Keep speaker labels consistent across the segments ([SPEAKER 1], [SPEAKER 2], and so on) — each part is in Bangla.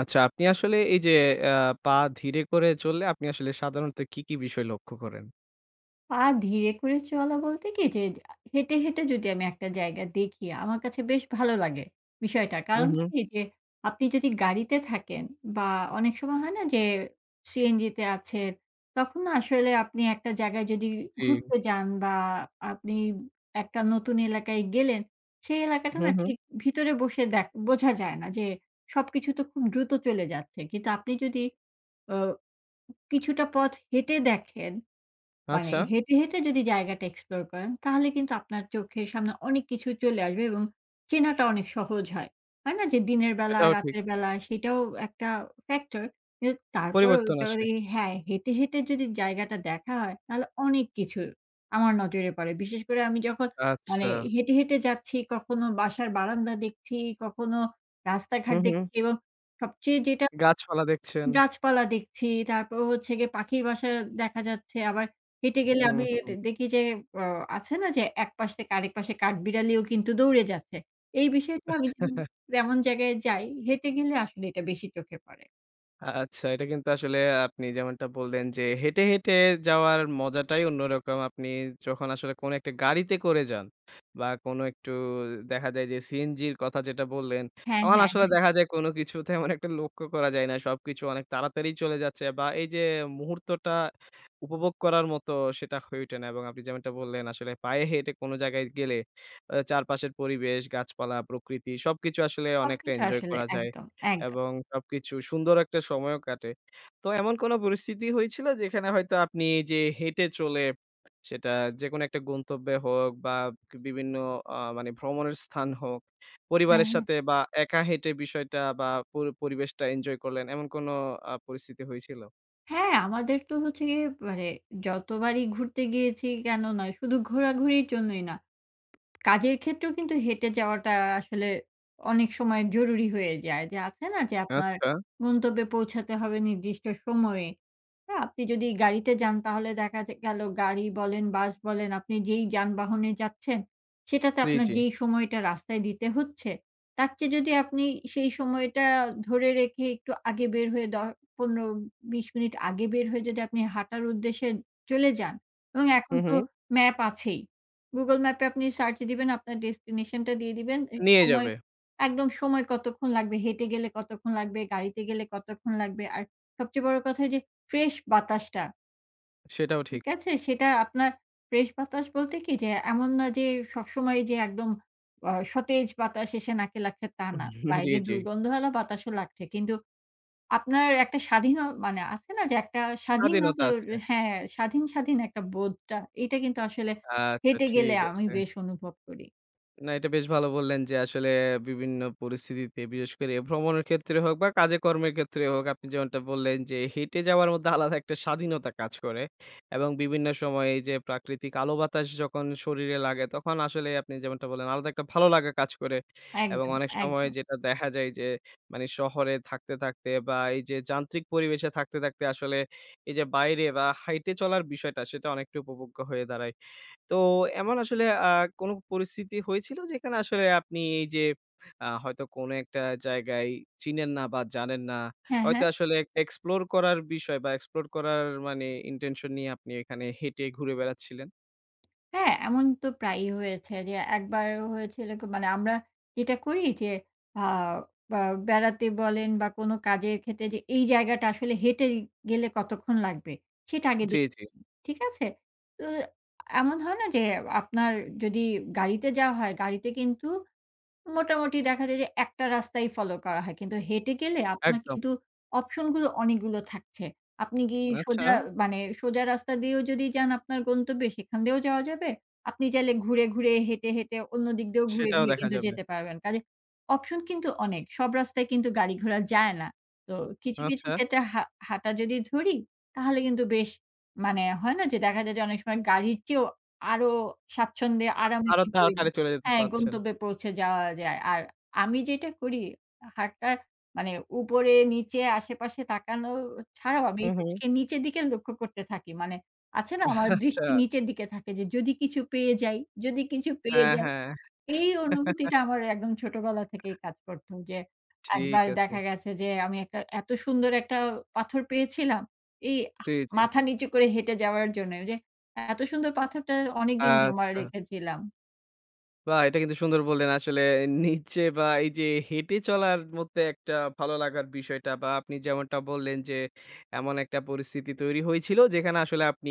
[SPEAKER 1] আচ্ছা, আপনি আসলে এই যে আ পা ধীরে করে চললে আপনি আসলে সাধারণত কি, কি বিষয় লক্ষ্য করেন?
[SPEAKER 2] পা ধীরে করে চলা বলতে কি যে, হেঁটে, হেঁটে যদি আমি একটা জায়গা দেখি, আমার কাছে বেশ ভালো লাগে বিষয়টা।
[SPEAKER 1] হু,
[SPEAKER 2] কারণ
[SPEAKER 1] হু।
[SPEAKER 2] কি যে, আপনি যদি গাড়িতে থাকেন বা অনেক সময় হয় না যে, সিএনজিতে আছেন, তখন না আসলে আপনি একটা জায়গায় যদি
[SPEAKER 1] জি।
[SPEAKER 2] ঘুরতে যান বা আপনি একটা নতুন এলাকায় গেলেন, সেই এলাকাটা
[SPEAKER 1] হু,
[SPEAKER 2] না
[SPEAKER 1] হু।
[SPEAKER 2] ঠিক ভিতরে বসে বোঝা যায় না যে, সবকিছু তো খুব দ্রুত চলে যাচ্ছে। কিন্তু আপনি যদি অ কিছুটা পথ হেঁটে দেখেন মানে
[SPEAKER 1] আচ্ছা,
[SPEAKER 2] হেঁটে, হেঁটে যদি জায়গাটা এক্সপ্লোর করেন তাহলে কিন্তু আপনার চোখের সামনে অনেক কিছু চলে আসবে এবং চেনাটা অনেক সহজ হয়। হয় না যে দিনের বেলা,
[SPEAKER 1] এটাও ঠিক।
[SPEAKER 2] রাতের বেলা সেটাও একটা ফ্যাক্টর। কিন্তু তারপরেও
[SPEAKER 1] পরিবর্তন আসে।
[SPEAKER 2] যদি হ্যাঁ, হেঁটে, হেঁটে যদি জায়গাটা দেখা হয় তাহলে অনেক কিছু আমার নজরে পড়ে। বিশেষ করে আমি যখন মানে
[SPEAKER 1] আচ্ছা।
[SPEAKER 2] হেঁটে, হেঁটে যাচ্ছি কখনো বাসার বারান্দা দেখছি, কখনো
[SPEAKER 1] হু,
[SPEAKER 2] রাস্তাঘাট
[SPEAKER 1] হু।
[SPEAKER 2] দেখছি এবং সবচেয়ে যেটা
[SPEAKER 1] গাছপালা দেখছেন।
[SPEAKER 2] গাছপালা দেখছি। তারপর হচ্ছে গিয়ে পাখির বাসা দেখা যাচ্ছে। আবার হেঁটে গেলে
[SPEAKER 1] হু,
[SPEAKER 2] আমি
[SPEAKER 1] হু।
[SPEAKER 2] দেখি যে অ আছে না যে এক পাশ থেকে আরেক পাশে কাঠবিড়ালিও কিন্তু দৌড়ে যাচ্ছে। এই বিষয়টা আমি যদি এমন জায়গায় যাই, হেঁটে গেলে আসলে এটা বেশি চোখে পড়ে।
[SPEAKER 1] আচ্ছা, এটা কিন্তু আসলে আপনি যেমনটা বললেন যে, হেঁটে, হেঁটে যাওয়ার মজাটাই অন্যরকম। আপনি যখন আসলে কোনো একটা গাড়িতে করে যান বা কোনো একটু দেখা যায় যে, সিএনজির কথা যেটা বললেন,
[SPEAKER 2] হ্যাঁ,
[SPEAKER 1] তখন
[SPEAKER 2] হ্যাঁ,
[SPEAKER 1] আসলে
[SPEAKER 2] হ্যাঁ।
[SPEAKER 1] দেখা যায় কোনো কিছু তেমন একটা লক্ষ্য করা যায় না। সবকিছু অনেক তাড়াতাড়ি চলে যাচ্ছে বা এই যে মুহূর্তটা উপভোগ করার মতো সেটা হয়ে ওঠে না এবং আপনি যেমনটা বললেন আসলে পায়ে হেঁটে কোনো জায়গায় গেলে চারপাশের পরিবেশ, গাছপালা, প্রকৃতি সবকিছু আসলে অনেকটা
[SPEAKER 2] সবকিছু
[SPEAKER 1] এনজয়
[SPEAKER 2] আসলে
[SPEAKER 1] করা যায়।
[SPEAKER 2] একদম, একদম।
[SPEAKER 1] এবং সবকিছু সুন্দর একটা সময়ও কাটে। তো এমন কোন পরিস্থিতি হয়েছিল যেখানে হয়তো আপনি এই যে হেঁটে চলে সেটা যেকোনো একটা গন্তব্যে হোক বা বিভিন্ন মানে ভ্রমণের স্থান হোক,
[SPEAKER 2] হ্যাঁ,
[SPEAKER 1] পরিবারের
[SPEAKER 2] হ্যাঁ।
[SPEAKER 1] সাথে বা একা হেঁটে বিষয়টা বা পরিবেশটা এনজয় করলেন এমন কোন পরিস্থিতি হয়েছিল?
[SPEAKER 2] হ্যাঁ, আমাদের তো হচ্ছে গিয়ে মানে যতবারই ঘুরতে গিয়েছি কেন নয়, শুধু ঘোরাঘুরির জন্যই না। কাজের ক্ষেত্রেও কিন্তু হেঁটে যাওয়াটা আসলে অনেক সময় জরুরি হয়ে যায়। যে আছে না যে আপনার
[SPEAKER 1] আচ্ছা,
[SPEAKER 2] গন্তব্যে পৌঁছাতে হবে নির্দিষ্ট সময়ে। না, আপনি যদি গাড়িতে যান তাহলে দেখা যে গেল গাড়ি বলেন, বাস বলেন আপনি যেই যানবাহনে যাচ্ছেন, সেটাতে
[SPEAKER 1] জি,
[SPEAKER 2] আপনার
[SPEAKER 1] জি।
[SPEAKER 2] যেই সময়টা রাস্তায় দিতে হচ্ছে, তার চেয়ে যদি আপনি সেই সময়টা ধরে রেখে একটু আগে বের হয়ে ১৫-২০ মিনিট আগে বের হয়ে যদি আপনি হাঁটার উদ্দেশ্যে চলে যান এবং এখন
[SPEAKER 1] হুম,
[SPEAKER 2] তো
[SPEAKER 1] হুম।
[SPEAKER 2] ম্যাপ আছেই। Google ম্যাপে আপনি সার্চ দিবেন, আপনার ডেস্টিনেশন টা দিয়ে দিবেন। এই
[SPEAKER 1] নিয়ে
[SPEAKER 2] সময়
[SPEAKER 1] যাবে।
[SPEAKER 2] একদম সময় কতক্ষণ লাগবে, হেঁটে গেলে কতক্ষণ লাগবে, গাড়িতে গেলে কতক্ষণ লাগবে। আর সবচেয়ে বড় কথা যে ফ্রেশ বাতাসটা,
[SPEAKER 1] সেটাও
[SPEAKER 2] ঠিক
[SPEAKER 1] ঠিক।
[SPEAKER 2] আছে? সেটা আপনার ফ্রেশ বাতাস বলতে কি যে এমন না যে সবসময় যে একদম সতেজ বাতাস এসে নাকে লাগছে তা না।
[SPEAKER 1] জি,
[SPEAKER 2] বাইরের
[SPEAKER 1] জি।
[SPEAKER 2] দুর্গন্ধওয়ালা বাতাসও লাগছে। কিন্তু আপনার একটা স্বাধীন মানে আছে না যে একটা
[SPEAKER 1] স্বাধীনতা
[SPEAKER 2] স্বাধীনতার
[SPEAKER 1] আছে।
[SPEAKER 2] হ্যাঁ, স্বাধীন একটা বোধটা এটা কিন্তু আসলে
[SPEAKER 1] আচ্ছা
[SPEAKER 2] হেঁটে গেলে
[SPEAKER 1] ঠিক
[SPEAKER 2] আমি
[SPEAKER 1] আছে।
[SPEAKER 2] বেশ অনুভব করি।
[SPEAKER 1] না, এটা বেশ ভালো বললেন যে আসলে বিভিন্ন পরিস্থিতিতে বিশেষ করে ভ্রমণের ক্ষেত্রে হোক বা কাজে কর্মের ক্ষেত্রে হোক আপনি যেমনটা বললেন যে হেঁটে যাওয়ার মধ্যে আলাদা একটা স্বাধীনতা কাজ করে এবং বিভিন্ন সময় এই যে প্রাকৃতিক আলো বাতাস যখন শরীরে লাগে তখন আসলে আপনি যেমনটা বললেন আলাদা একটা ভালো লাগা কাজ করে এবং
[SPEAKER 2] একদম,
[SPEAKER 1] অনেক সময়
[SPEAKER 2] একদম।
[SPEAKER 1] যেটা দেখা যায় যে মানে শহরে থাকতে থাকতে বা এই যে যান্ত্রিক পরিবেশে থাকতে থাকতে আসলে এই যে বাইরে বা হাইটে চলার বিষয়টা সেটা অনেকটা উপভোগ্য হয়ে দাঁড়ায়। তো এমন আসলে কোনো পরিস্থিতি হয়েছিল যেখানে আসলে আপনি এই যে হয়তো কোনো একটা জায়গায় চিনেন না বা জানেন না।
[SPEAKER 2] হ্যাঁ,
[SPEAKER 1] হয়তো
[SPEAKER 2] হ্যাঁ।
[SPEAKER 1] আসলে এক্সপ্লোর করার বিষয় বা এক্সপ্লোর করার মানে ইনটেনশন নিয়ে আপনি এখানে হেঁটে ঘুরে বেড়াচ্ছিলেন।
[SPEAKER 2] হ্যাঁ, এমন তো প্রায়ই হয়েছে যে একবার হয়েছিল কি মানে আমরা যেটা করি যে আ বা বেড়াতে বলেন বা কোনো কাজের ক্ষেত্রে যে এই জায়গাটা আসলে হেঁটে গেলে কতক্ষণ লাগবে সেটা আগে
[SPEAKER 1] জি,
[SPEAKER 2] দেখি,
[SPEAKER 1] জি,
[SPEAKER 2] ঠিক আছে? তো এমন হয় না যে আপনার যদি গাড়িতে যাওয়া হয় গাড়িতে কিন্তু মোটামুটি দেখা যায় যে একটা রাস্তাই ফলো করা হয়। কিন্তু হেঁটে গেলে আপনার
[SPEAKER 1] একদম।
[SPEAKER 2] কিন্তু অপশন গুলো অনেকগুলো থাকছে। আপনি কি
[SPEAKER 1] আচ্ছা,
[SPEAKER 2] সোজা মানে সোজা রাস্তা দিয়েও যদি যান আপনার গন্তব্যে সেখান দিয়েও যাওয়া যাবে। আপনি চাইলে ঘুরে, ঘুরে হেঁটে, হেঁটে অন্য দিক দিয়েও ঘুরে,
[SPEAKER 1] সেটাও
[SPEAKER 2] ঘুরে
[SPEAKER 1] দেখা
[SPEAKER 2] কিন্তু
[SPEAKER 1] যাবে।
[SPEAKER 2] যেতে পারবেন। কাজে অপশন কিন্তু অনেক। সব রাস্তায় কিন্তু গাড়ি ঘোড়া যায় না। তো কিছু, কিছু
[SPEAKER 1] আচ্ছা,
[SPEAKER 2] ক্ষেত্রে হাঁটা যদি ধরি তাহলে কিন্তু বেশ মানে হয় না যে দেখা যায় যে অনেক সময় গাড়ির চেয়েও আরো স্বাচ্ছন্দ্যে আরামে
[SPEAKER 1] আরো
[SPEAKER 2] কিন্তু ওই
[SPEAKER 1] তাড়াতাড়ি চলে যেতে
[SPEAKER 2] হ্যাঁ,
[SPEAKER 1] পারছেন।
[SPEAKER 2] গন্তব্যে পৌঁছে যাওয়া যায়। আর আমি যেটা করি হাতটা মানে উপরে, নিচে, আশেপাশে তাকানো ছাড়াও আমি
[SPEAKER 1] হু, হু।
[SPEAKER 2] হচ্ছে গিয়ে নিচের দিকে লক্ষ্য করতে থাকি। মানে আছে না আমার
[SPEAKER 1] আচ্ছা,
[SPEAKER 2] দৃষ্টি নিচের দিকে থাকে যে যদি কিছু পেয়ে যাই, যদি কিছু পেয়ে
[SPEAKER 1] হ্যাঁ,
[SPEAKER 2] যাই।
[SPEAKER 1] হ্যাঁ,
[SPEAKER 2] এই অনুভূতিটা আমার একদম ছোটবেলা থেকেই কাজ করত। যে
[SPEAKER 1] ঠিক
[SPEAKER 2] একবার
[SPEAKER 1] আছে।
[SPEAKER 2] দেখা গেছে যে আমি একটা এত সুন্দর একটা পাথর পেয়েছিলাম। এই আহ
[SPEAKER 1] জি, জি,
[SPEAKER 2] মাথা নিচু করে হেঁটে যাওয়ার জন্য যে এত সুন্দর পাথরটা অনেকদিন জমা
[SPEAKER 1] আচ্ছা।
[SPEAKER 2] রেখেছিলাম।
[SPEAKER 1] বাহ! এটা কিন্তু সুন্দর বললেন। আসলে নিচে বা এই যে হেঁটে চলার মধ্যে একটা ভালো লাগার বিষয়টা বা আপনি যেমনটা বললেন যে, এমন একটা পরিস্থিতি তৈরি হয়েছিল যেখানে আসলে আপনি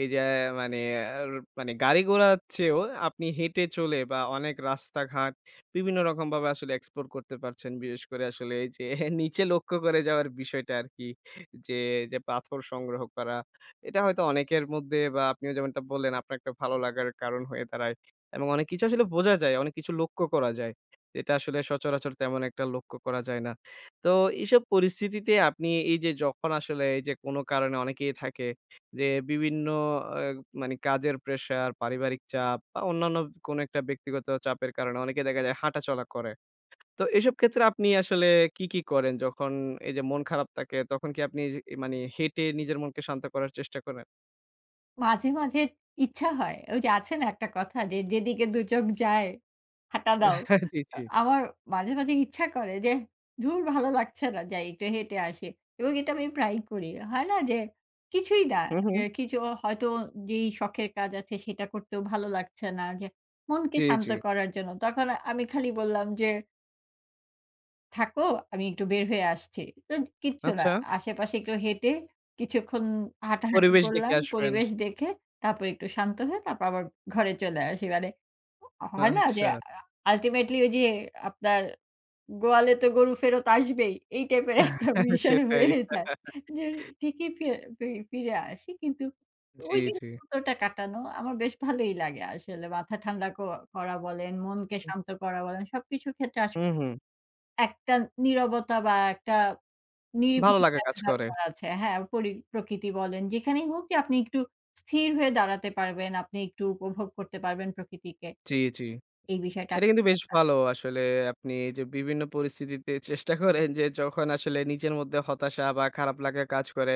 [SPEAKER 1] এই যে মানে আর মানে গাড়ি-ঘোড়ার চেয়েও আপনি হেঁটে চলে বা অনেক রাস্তাঘাট বিভিন্ন রকমভাবে আসলে এক্সপ্লোর করতে পারছেন। বিশেষ করে আসলে এই যে নিচে লক্ষ্য করে যাওয়ার বিষয়টা আরকি। যে, যে পাথর সংগ্রহ করা। এটা হয়তো অনেকের মধ্যে বা আপনিও যেমনটা বললেন আপনার একটা ভালো লাগার কারণ হয়ে দাঁড়ায়। এবং অনেক কিছু আসলে বোঝা যায়, অনেক কিছু লক্ষ্য করা যায়। এটা আসলে সচরাচর তেমন একটা লক্ষ্য করা যায় না। তো এইসব পরিস্থিতিতে আপনি এই যে যখন আসলে এই যে কোনো কারণে অনেকেই থাকে যে বিভিন্ন আ মানে কাজের প্রেশার, পারিবারিক চাপ বা অন্যান্য কোনো একটা ব্যক্তিগত চাপের কারণে অনেকে দেখা যায় হাঁটাচলা করে। তো এসব ক্ষেত্রে আপনি আসলে কি, কি করেন? যখন এই যে মন খারাপ থাকে তখন কি আপনি মানে হেঁটে নিজের মনকে শান্ত করার চেষ্টা করেন?
[SPEAKER 2] মাঝে, মাঝে ইচ্ছা হয়। ওই যে আছে না একটা কথা যে, "যেদিকে দুচোখ যায় হাঁটা দাও।"
[SPEAKER 1] জি, জি।
[SPEAKER 2] আমার মাঝে, মাঝে ইচ্ছা করে যে, "ধুর ভালো লাগছে না, যাই একটু হেঁটে আসি।" এবং এটা আমি প্রায়ই করি। হয় না যে কিছুই না,
[SPEAKER 1] হুম,
[SPEAKER 2] এ
[SPEAKER 1] হুম।
[SPEAKER 2] কিছু হয়তো যেই শখের কাজ আছে সেটা করতেও ভালো লাগছে না যে মনকে
[SPEAKER 1] জি,
[SPEAKER 2] শান্ত
[SPEAKER 1] জি।
[SPEAKER 2] করার জন্য। তখন আমি খালি বললাম যে থাকো, আমি একটু বের হয়ে আসছি। তো কিচ্ছু না।
[SPEAKER 1] আচ্ছা।
[SPEAKER 2] আশেপাশে একটু হেঁটে কিছুক্ষণ হাঁটাহাঁটি
[SPEAKER 1] পরিবেশ দেখে
[SPEAKER 2] করলাম
[SPEAKER 1] আসবেন।
[SPEAKER 2] পরিবেশ দেখে, তারপর একটু শান্ত হয়ে তারপর আবার ঘরে চলে আসি। মানে হয় না যে
[SPEAKER 1] আচ্ছা
[SPEAKER 2] আল্টিমেটলি ওই যে আপনার গোয়ালে তো গরু ফেরত আসবেই। এই টাইপের একটা বিষয়
[SPEAKER 1] সেটাই।
[SPEAKER 2] হয়ে যায়। যে ঠিকই ফিরে ফিরে আসি। কিন্তু
[SPEAKER 1] জি,
[SPEAKER 2] ওই যে
[SPEAKER 1] জি।
[SPEAKER 2] মুহূর্তটা কাটানো আমার বেশ ভালোই লাগে আসলে। মাথা ঠান্ডা করা বলেন, মনকে শান্ত করা বলেন সবকিছু ক্ষেত্রে আসলে
[SPEAKER 1] হুম, হুম।
[SPEAKER 2] একটা নীরবতা বা একটা
[SPEAKER 1] ভালো
[SPEAKER 2] নিরিবিলি
[SPEAKER 1] লাগা
[SPEAKER 2] জায়গা
[SPEAKER 1] কাজ করে।
[SPEAKER 2] দরকার আছে। হ্যাঁ, প্রকৃতি বলেন যেখানেই হোক যে আপনি একটু স্থির হয়ে দাঁড়াতে পারবেন, আপনি একটু উপভোগ করতে পারবেন প্রকৃতিকে।
[SPEAKER 1] জি, জি।
[SPEAKER 2] এই বিষয়টা
[SPEAKER 1] এটা কিন্তু বেশ ভালো আসলে আপনি এই যে বিভিন্ন পরিস্থিতিতে চেষ্টা করেন যে যখন আসলে নিজের মধ্যে হতাশা বা খারাপ লাগা কাজ করে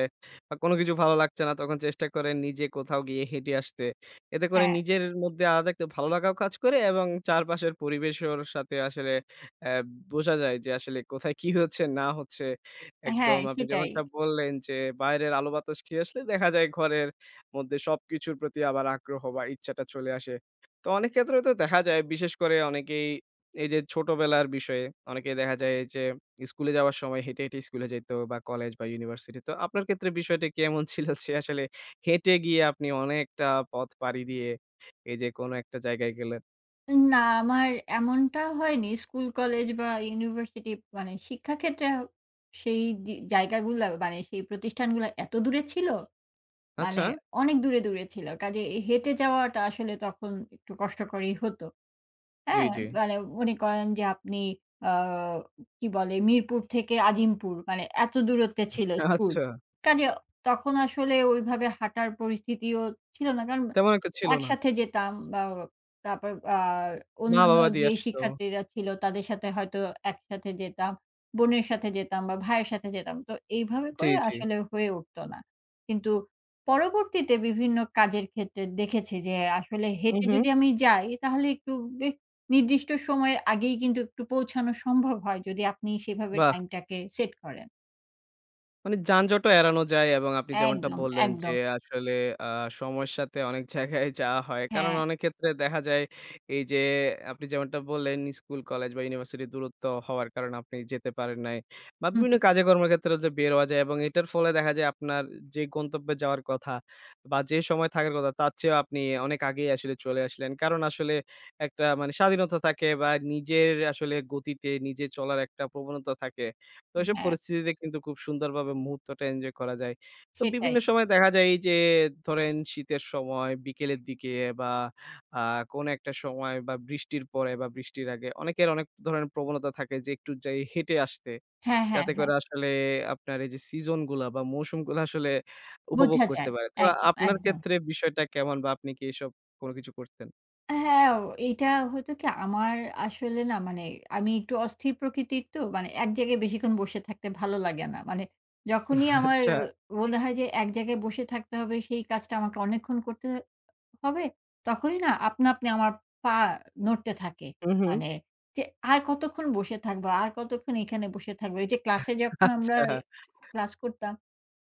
[SPEAKER 1] বা কোনো কিছু ভালো লাগছে না তখন চেষ্টা করেন নিজে কোথাও গিয়ে হেঁটে আসতে। এতে করে
[SPEAKER 2] হ্যাঁ,
[SPEAKER 1] নিজের মধ্যে আলাদা একটা ভালো লাগাও কাজ করে এবং চারপাশের পরিবেশের সাথে আসলে অ্যা বোঝা যায় যে আসলে কোথায় কি হচ্ছে না হচ্ছে।
[SPEAKER 2] হ্যাঁ
[SPEAKER 1] একদম আপনি
[SPEAKER 2] সেটাই।
[SPEAKER 1] যেমনটা বললেন যে বাইরের আলো বাতাস খেয়ে আসলে দেখা যায় ঘরের মধ্যে সবকিছুর প্রতি আবার আগ্রহ বা ইচ্ছাটা চলে আসে। তো অনেক ক্ষেত্রে তো দেখা যায় বিশেষ করে অনেকেই এই যে ছোটবেলার বিষয়ে অনেকেই দেখা যায় এই যে স্কুলে যাওয়ার সময় হেঁটে, হেঁটে স্কুলে যাইতো বা কলেজ বা ইউনিভার্সিটি। তো আপনার ক্ষেত্রে বিষয়টি কেমন ছিল যে আসলে হেঁটে গিয়ে আপনি অনেকটা পথ পাড়ি দিয়ে এই যে কোনো একটা জায়গায় গেলেন?
[SPEAKER 2] না আমার এমনটা হয়নি। স্কুল, কলেজ বা ইউনিভার্সিটি মানে শিক্ষাক্ষেত্রে সেই যে জায়গাগুলা মানে সেই প্রতিষ্ঠানগুলা এত দূরে ছিল, মানে
[SPEAKER 1] আচ্ছা,
[SPEAKER 2] অনেক দূরে, দূরে ছিল। কাজেই হেঁটে যাওয়াটা আসলে তখন একটু কষ্টকরই হতো।
[SPEAKER 1] জি,
[SPEAKER 2] হ্যাঁ,
[SPEAKER 1] জি।
[SPEAKER 2] মানে মনে করেন যে আপনি আ কি বলে মিরপুর থেকে আজিমপুর মানে এত দূরত্বে ছিল স্কুল।
[SPEAKER 1] আচ্ছা,
[SPEAKER 2] কাজে তখন আসলে ওইভাবে হাঁটার পরিস্থিতিও ছিল না। কারণ
[SPEAKER 1] তেমন একটা ছিল না।
[SPEAKER 2] একসাথে যেতাম বা তারপর অন্যান্য
[SPEAKER 1] মা-বাবা দিয়ে
[SPEAKER 2] যেই
[SPEAKER 1] আসতো।
[SPEAKER 2] শিক্ষার্থীরা ছিল তাদের সাথে হয়তো একসাথে যেতাম। বোনের সাথে যেতাম বা ভাইয়ের সাথে যেতাম। তো এইভাবে
[SPEAKER 1] জি,
[SPEAKER 2] করে
[SPEAKER 1] জি।
[SPEAKER 2] আসলে হয়ে উঠত না। কিন্তু পরবর্তীতে বিভিন্ন কাজের ক্ষেত্রে দেখেছি যে আসলে
[SPEAKER 1] হু,
[SPEAKER 2] হেঁটে
[SPEAKER 1] হু।
[SPEAKER 2] যদি আমি যাই তাহলে একটু বেশ নির্দিষ্ট সময়ের আগেই কিন্তু একটু পৌঁছানো সম্ভব হয় যদি আপনি সেভাবে
[SPEAKER 1] বাহ!
[SPEAKER 2] টাইমটাকে সেট করেন।
[SPEAKER 1] মানে যানজটও এড়ানো যায় এবং আপনি যেমনটা
[SPEAKER 2] একদম,
[SPEAKER 1] বললেন যে
[SPEAKER 2] একদম।
[SPEAKER 1] আসলে আ সময়ের সাথে অনেক জায়গায় যাওয়া হয়। কারণ
[SPEAKER 2] হ্যাঁ,
[SPEAKER 1] অনেক ক্ষেত্রে দেখা যায় এই যে আপনি যেমনটা বললেন স্কুল, কলেজ বা ইউনিভার্সিটির দূরত্ব হওয়ার কারণে আপনি যেতে পারেন নাই। বা
[SPEAKER 2] হু, হু,
[SPEAKER 1] বিভিন্ন কাজে কর্মক্ষেত্রে যে বের হওয়া যায় এবং এটার ফলে দেখা যায় আপনার যে গন্তব্যে যাওয়ার কথা বা যে সময় থাকার কথা তার চেয়েও আপনি অনেক আগেই আসলে চলে আসলেন। কারণ আসলে একটা মানে স্বাধীনতা থাকে বা নিজের আসলে গতিতে নিজে চলার একটা প্রবণতা থাকে। তো ওইসব
[SPEAKER 2] হ্যাঁ,
[SPEAKER 1] পরিস্থিতিতে কিন্তু খুব সুন্দরভাবে মুহূর্তটা এনজয় করা যায়। তো
[SPEAKER 2] সেটাই।
[SPEAKER 1] বিভিন্ন সময় দেখা যায় এই যে ধরেন শীতের সময় বিকেলের দিকে বা আ কোনো একটা সময় বা বৃষ্টির পরে বা বৃষ্টির আগে অনেকের অনেক ধরনের প্রবণতা থাকে যে একটু যাই হেঁটে আসতে।
[SPEAKER 2] হ্যাঁ, হ্যাঁ,
[SPEAKER 1] যাতে
[SPEAKER 2] হ্যাঁ,
[SPEAKER 1] করে আসলে আপনার এই যে সিজন গুলা বা মৌসুমগুলা আসলে উপভোগ
[SPEAKER 2] বোঝা
[SPEAKER 1] করতে
[SPEAKER 2] যায়।
[SPEAKER 1] পারে। তো
[SPEAKER 2] একদম,
[SPEAKER 1] আপনার
[SPEAKER 2] একদম।
[SPEAKER 1] ক্ষেত্রে বিষয়টা কেমন বা আপনি কি এসব কোনো কিছু করতেন?
[SPEAKER 2] হ্যাঁ, এটা হতো কি আমার আসলে না মানে আমি একটু অস্থির প্রকৃতির তো মানে এক জায়গায় বেশিক্ষণ বসে থাকতে ভালো লাগে না। মানে যখনই আমার
[SPEAKER 1] আচ্ছা।
[SPEAKER 2] মনে হয় যে এক জায়গায় বসে থাকতে হবে সেই কাজটা আমাকে অনেকক্ষণ করতে হবে, তখনই না আপনা আপনি আমার পা নড়তে থাকে।
[SPEAKER 1] হু, হু।
[SPEAKER 2] মানে যে আর কতক্ষণ বসে থাকবো, আর কতক্ষণ এখানে বসে থাকবো। এই যে ক্লাসে যখন আমরা
[SPEAKER 1] আচ্ছা।
[SPEAKER 2] ক্লাস করতাম,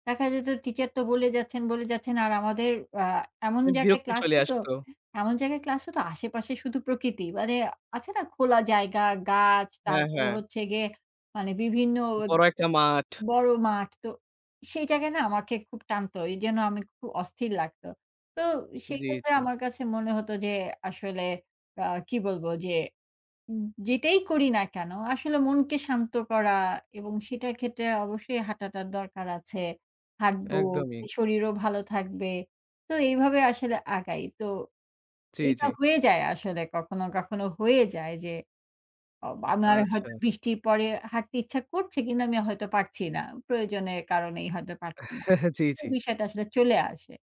[SPEAKER 2] দেখা যেত টিচার তো বলে যাচ্ছেন, বলে যাচ্ছেন। আর আমাদের আ এমন জায়গায়
[SPEAKER 1] বিরক্তি
[SPEAKER 2] ক্লাস
[SPEAKER 1] চলে
[SPEAKER 2] হতো
[SPEAKER 1] আসতো।
[SPEAKER 2] এমন জায়গায় ক্লাস হতো আশেপাশে শুধু প্রকৃতি। মানে আছে না খোলা জায়গা, গাছ,
[SPEAKER 1] হ্যাঁ,
[SPEAKER 2] তারপর
[SPEAKER 1] হ্যাঁ।
[SPEAKER 2] হচ্ছে গিয়ে মানে বিভিন্ন
[SPEAKER 1] বড় একটা মাঠ।
[SPEAKER 2] বড় মাঠ। তো সেই জায়গায় না আমাকে খুব টানতো। এজন্য আমি খুব অস্থির লাগতো। তো
[SPEAKER 1] জি,
[SPEAKER 2] সেক্ষেত্রে
[SPEAKER 1] জি।
[SPEAKER 2] আমার কাছে মনে হতো যে আসলে আ কি বলবো যে যেটাই করি না কেন আসলে মনকে শান্ত করা এবং সেটার ক্ষেত্রে অবশ্যই হাঁটাটার দরকার আছে। হাঁটবো,
[SPEAKER 1] একদমই।
[SPEAKER 2] শরীরও ভালো থাকবে। তো এইভাবে আসলে আগাই। তো
[SPEAKER 1] জি,
[SPEAKER 2] এটা
[SPEAKER 1] জি।
[SPEAKER 2] হয়ে যায় আসলে কখনো, কখনো হয়ে যায় যে অ আমার
[SPEAKER 1] আচ্ছা।
[SPEAKER 2] হয়তো বৃষ্টির পরে হাঁটতে ইচ্ছা করছে কিন্তু আমি হয়তো পারছি না। প্রয়োজনের কারণেই হয়তো পারছি না।
[SPEAKER 1] জি,
[SPEAKER 2] তো
[SPEAKER 1] জি।
[SPEAKER 2] বিষয়টা আসলে চলে আসে।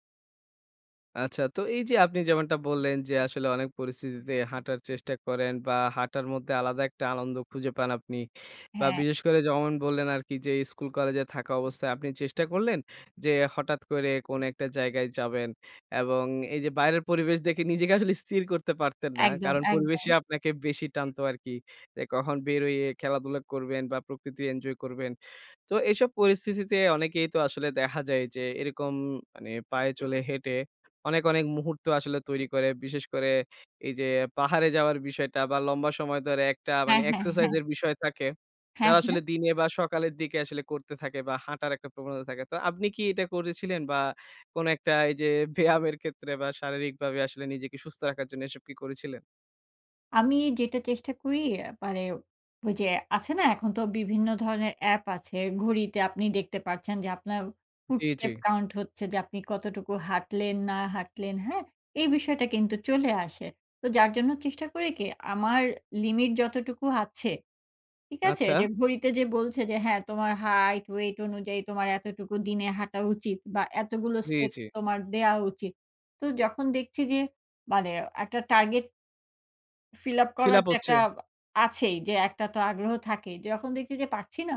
[SPEAKER 1] আচ্ছা তো এই যে আপনি যেমনটা বললেন যে আসলে অনেক পরিস্থিতিতে হাঁটার চেষ্টা করেন বা হাঁটার মধ্যে আলাদা একটা আনন্দ খুঁজে পান আপনি। বা
[SPEAKER 2] হ্যাঁ,
[SPEAKER 1] বিশেষ করে যেমন বললেন আরকি যে স্কুল কলেজে থাকা অবস্থায় আপনি চেষ্টা করলেন যে হঠাৎ করে কোন একটা জায়গায় যাবেন এবং এই যে বাইরের পরিবেশ দেখে নিজেকে আসলে স্থির করতে পারতেন না।
[SPEAKER 2] একদম,
[SPEAKER 1] কারণ
[SPEAKER 2] একদম।
[SPEAKER 1] পরিবেশই আপনাকে বেশি টানতো আরকি। যে কখন বের হয়ে খেলাধুলা করবেন বা প্রকৃতি এনজয় করবেন। তো এইসব পরিস্থিতিতে অনেকেই তো আসলে দেখা যায় যে এরকম মানে পায়ে চলে হেঁটে অনেক, অনেক মুহূর্ত আসলে তৈরি করে। বিশেষ করে এই যে পাহাড়ে যাওয়ার বিষয়টা বা লম্বা সময় ধরে একটা
[SPEAKER 2] হ্যাঁ,
[SPEAKER 1] মানে
[SPEAKER 2] হ্যাঁ,
[SPEAKER 1] এক্সারসাইজ
[SPEAKER 2] হ্যাঁ।
[SPEAKER 1] এর বিষয় থাকে।
[SPEAKER 2] হ্যাঁ,
[SPEAKER 1] যারা আসলে
[SPEAKER 2] হ্যাঁ।
[SPEAKER 1] দিনে বা সকালের দিকে আসলে করতে থাকে বা হাঁটার একটা প্রবণতা থাকে। তো আপনি কি এটা করেছিলেন বা কোন একটা এই যে ব্যায়ামের ক্ষেত্রে বা শারীরিকভাবে আসলে নিজেকে সুস্থ রাখার জন্য এসব কি করেছিলেন?
[SPEAKER 2] আমি যেটা চেষ্টা করি মানে ওই যে আছে না এখন তো বিভিন্ন ধরনের অ্যাপ আছে। ঘড়িতে আপনি দেখতে পাচ্ছেন যে আপনার
[SPEAKER 1] জি, জি।
[SPEAKER 2] ফুটস্টেপ কাউন্ট হচ্ছে যে আপনি কতটুকু হাঁটলেন, না হাঁটলেন, হ্যাঁ? এই বিষয়টা কিন্তু চলে আসে। তো যার জন্য চেষ্টা করি কি আমার লিমিট যতটুকু আছে ঠিক আছে?
[SPEAKER 1] আচ্ছা।
[SPEAKER 2] যে ঘড়িতে যে বলছে যে হ্যাঁ, তোমার হাইট, ওয়েট অনুযায়ী তোমার এতটুকু দিনে হাঁটা উচিত বা এতগুলো
[SPEAKER 1] জি,
[SPEAKER 2] স্টেপ
[SPEAKER 1] জি।
[SPEAKER 2] তোমার দেয়া উচিত। তো যখন দেখছি যে মানে একটা টার্গেট ফিল আপ
[SPEAKER 1] ফিল
[SPEAKER 2] করার
[SPEAKER 1] আপ
[SPEAKER 2] তো
[SPEAKER 1] হচ্ছে।
[SPEAKER 2] একটা আছেই যে একটা তো আগ্রহ থাকেই। যখন দেখছি যে পারছি না,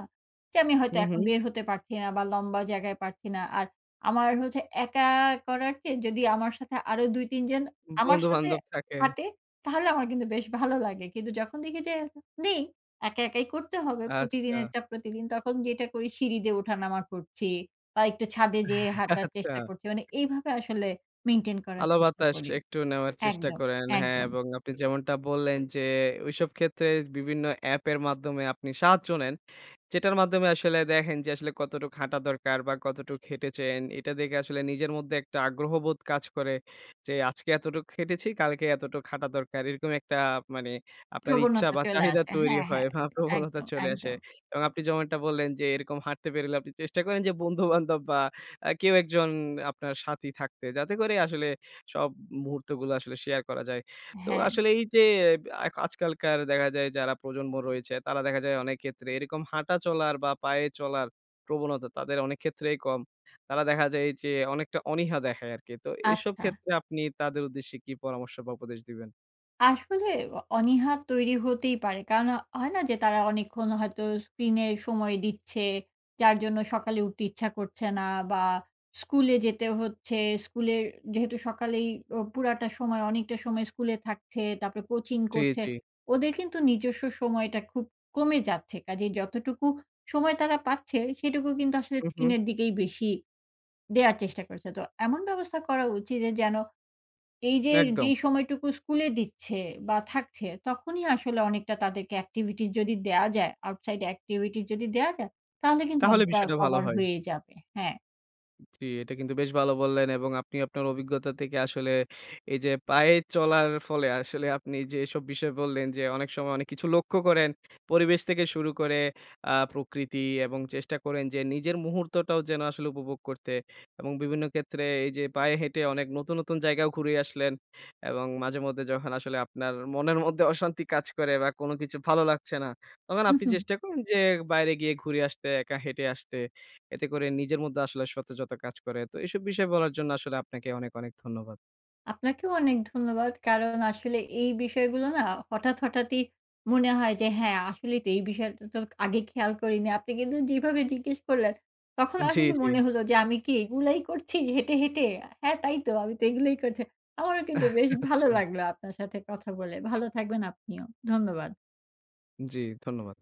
[SPEAKER 2] যে আমি হয়তো
[SPEAKER 1] হুম,
[SPEAKER 2] এখন
[SPEAKER 1] হুম।
[SPEAKER 2] বের হতে পারছি না বা লম্বা জায়গায় পারছি না। আর আমার হচ্ছে একা করার চেয়ে যদি আমার সাথে আরো ২-৩ জন আমার সাথে
[SPEAKER 1] বন্ধু-বান্ধব থাকে।
[SPEAKER 2] হাঁটে, তাহলে আমার কিন্তু বেশ ভালো লাগে। কিন্তু যখন দেখি যে নেই, একা একাই করতে হবে
[SPEAKER 1] আচ্ছা।
[SPEAKER 2] প্রতিদিনেরটা প্রতিদিন, তখন যেটা করি সিঁড়ি দিয়ে ওঠানামা করছি বা একটু ছাদে যেয়ে হাঁটার
[SPEAKER 1] আচ্ছা,
[SPEAKER 2] চেষ্টা করছি। মানে এইভাবে আসলে মেইনটেইন করার
[SPEAKER 1] আলো
[SPEAKER 2] চেষ্টা
[SPEAKER 1] বাতাস
[SPEAKER 2] করি।
[SPEAKER 1] একটু নেওয়ার চেষ্টা
[SPEAKER 2] একদম,
[SPEAKER 1] করেন। হ্যাঁ,
[SPEAKER 2] একদম।
[SPEAKER 1] এবং আপনি যেমনটা বললেন যে, ওইসব ক্ষেত্রে বিভিন্ন অ্যাপের মাধ্যমে আপনি সাহায্য নেন। যেটার মাধ্যমে আসলে দেখেন যে আসলে কতটুকু হাঁটা দরকার বা কতটুকু হেঁটেছেন। এটা দেখে আসলে নিজের মধ্যে একটা আগ্রহবোধ কাজ করে যে আজকে এতটুকু হেঁটেছি, কালকে এতটুকু হাঁটা দরকার। এরকম একটা মানে আপনার ইচ্ছা
[SPEAKER 2] প্রবণতা
[SPEAKER 1] বা
[SPEAKER 2] চলে
[SPEAKER 1] চাহিদা
[SPEAKER 2] আসে।
[SPEAKER 1] তৈরি
[SPEAKER 2] হ্যাঁ,
[SPEAKER 1] হয়
[SPEAKER 2] হ্যাঁ।
[SPEAKER 1] বা প্রবণতা
[SPEAKER 2] একদম,
[SPEAKER 1] চলে আসে।
[SPEAKER 2] একদম।
[SPEAKER 1] এবং আপনি যেমনটা বললেন যে এরকম হাঁটতে পেরলে আপনি চেষ্টা করেন যে বন্ধু-বান্ধব বা কেউ একজন আপনার সাথী থাকতে। যাতে করে আসলে সব মুহূর্তগুলো আসলে শেয়ার করা যায়। তো
[SPEAKER 2] হ্যাঁ।
[SPEAKER 1] আসলে এই যে আজকালকার দেখা যায় যারা প্রজন্ম রয়েছে তারা দেখা যায় অনেক ক্ষেত্রে এরকম হাঁটা চলার বা পায়ে চলার প্রবণতা তাদের অনেক ক্ষেত্রেই কম। তারা দেখা যায় যে অনেকটা অনীহা দেখায় আরকি। তো এসব
[SPEAKER 2] আচ্ছা।
[SPEAKER 1] ক্ষেত্রে আপনি তাদের উদ্দেশ্যে কি পরামর্শ বা উপদেশ দিবেন?
[SPEAKER 2] আসলে অনীহা তৈরি হতেই পারে। কারণ হয় না যে তারা অনেকক্ষণ হয়তো স্ক্রিনে সময় দিচ্ছে। যার জন্য সকালে উঠতে ইচ্ছা করছে না বা স্কুলে যেতে হচ্ছে। স্কুলে যেহেতু সকালেই পুরাটা সময় অনেকটা সময় স্কুলে থাকছে, তারপরে কোচিং
[SPEAKER 1] জি,
[SPEAKER 2] করছে।
[SPEAKER 1] জি।
[SPEAKER 2] ওদের কিন্তু নিজস্ব সময়টা খুব কমে যাচ্ছে। কাজেই যতটুকু সময় তারা পাচ্ছে, সেটুকু কিন্তু আসলে
[SPEAKER 1] হু, হু।
[SPEAKER 2] স্ক্রিনের দিকেই বেশি দেয়ার চেষ্টা করেছে। তো এমন ব্যবস্থা করা উচিত যে যেন এই যে,
[SPEAKER 1] একদম।
[SPEAKER 2] যেই সময়টুকু স্কুলে দিচ্ছে বা থাকছে তখনই আসলে অনেকটা তাদেরকে এক্টিভিটিস যদি দেয়া যায়, আউটসাইড এক্টিভিটিস যদি দেয়া যায় তাহলে কিন্তু
[SPEAKER 1] তাহলে
[SPEAKER 2] অনেকটা
[SPEAKER 1] বিষয়টা ভালো
[SPEAKER 2] কভার
[SPEAKER 1] হয়।
[SPEAKER 2] হয়ে যাবে। হ্যাঁ।
[SPEAKER 1] জি, এটা কিন্তু বেশ ভালো বললেন এবং আপনি আপনার অভিজ্ঞতা থেকে আসলে এই যে পায়ে চলার ফলে আসলে আপনি যেসব বিষয় বললেন যে অনেক সময় অনেক কিছু লক্ষ্য করেন। পরিবেশ থেকে শুরু করে প্রকৃতি এবং চেষ্টা করেন যে নিজের মুহূর্তটাও যেন আসলে উপভোগ করতে এবং বিভিন্ন ক্ষেত্রে এই যে পায়ে হেঁটে অনেক নতুন, নতুন জায়গাও ঘুরে আসলেন এবং মাঝেমধ্যে যখন আসলে আপনার মনের মধ্যে অশান্তি কাজ করে বা কোনো কিছু ভালো লাগছে না, তখন আপনি চেষ্টা করেন যে বাইরে গিয়ে ঘুরে আসতে, একা হেঁটে আসতে। এতে করে নিজের মধ্যে আসলে সতেজতা কাজ করে। তো এসব বিষয়ে বলার জন্য আসলে আপনাকে অনেক, অনেক ধন্যবাদ।
[SPEAKER 2] আপনাকেও অনেক ধন্যবাদ। কারণ আসলে এই বিষয়গুলো না হঠাৎ, হঠাৎই মনে হয় যে হ্যাঁ, আসলেই তো এই বিষয়টা তো আগে খেয়াল করিনি। আপনি কিন্তু যেভাবে জিজ্ঞেস করলেন, তখন
[SPEAKER 1] জি,
[SPEAKER 2] আসলে
[SPEAKER 1] জি।
[SPEAKER 2] মনে হলো যে আমি কি এগুলাই করছি হেঁটে, হেঁটে? হ্যাঁ, তাই তো আমি তো এগুলাই করছি। আমারও কিন্তু বেশ ভালো
[SPEAKER 1] আচ্ছা।
[SPEAKER 2] লাগলো আপনার সাথে কথা বলে। ভালো থাকবেন আপনিও। ধন্যবাদ।
[SPEAKER 1] জি, ধন্যবাদ।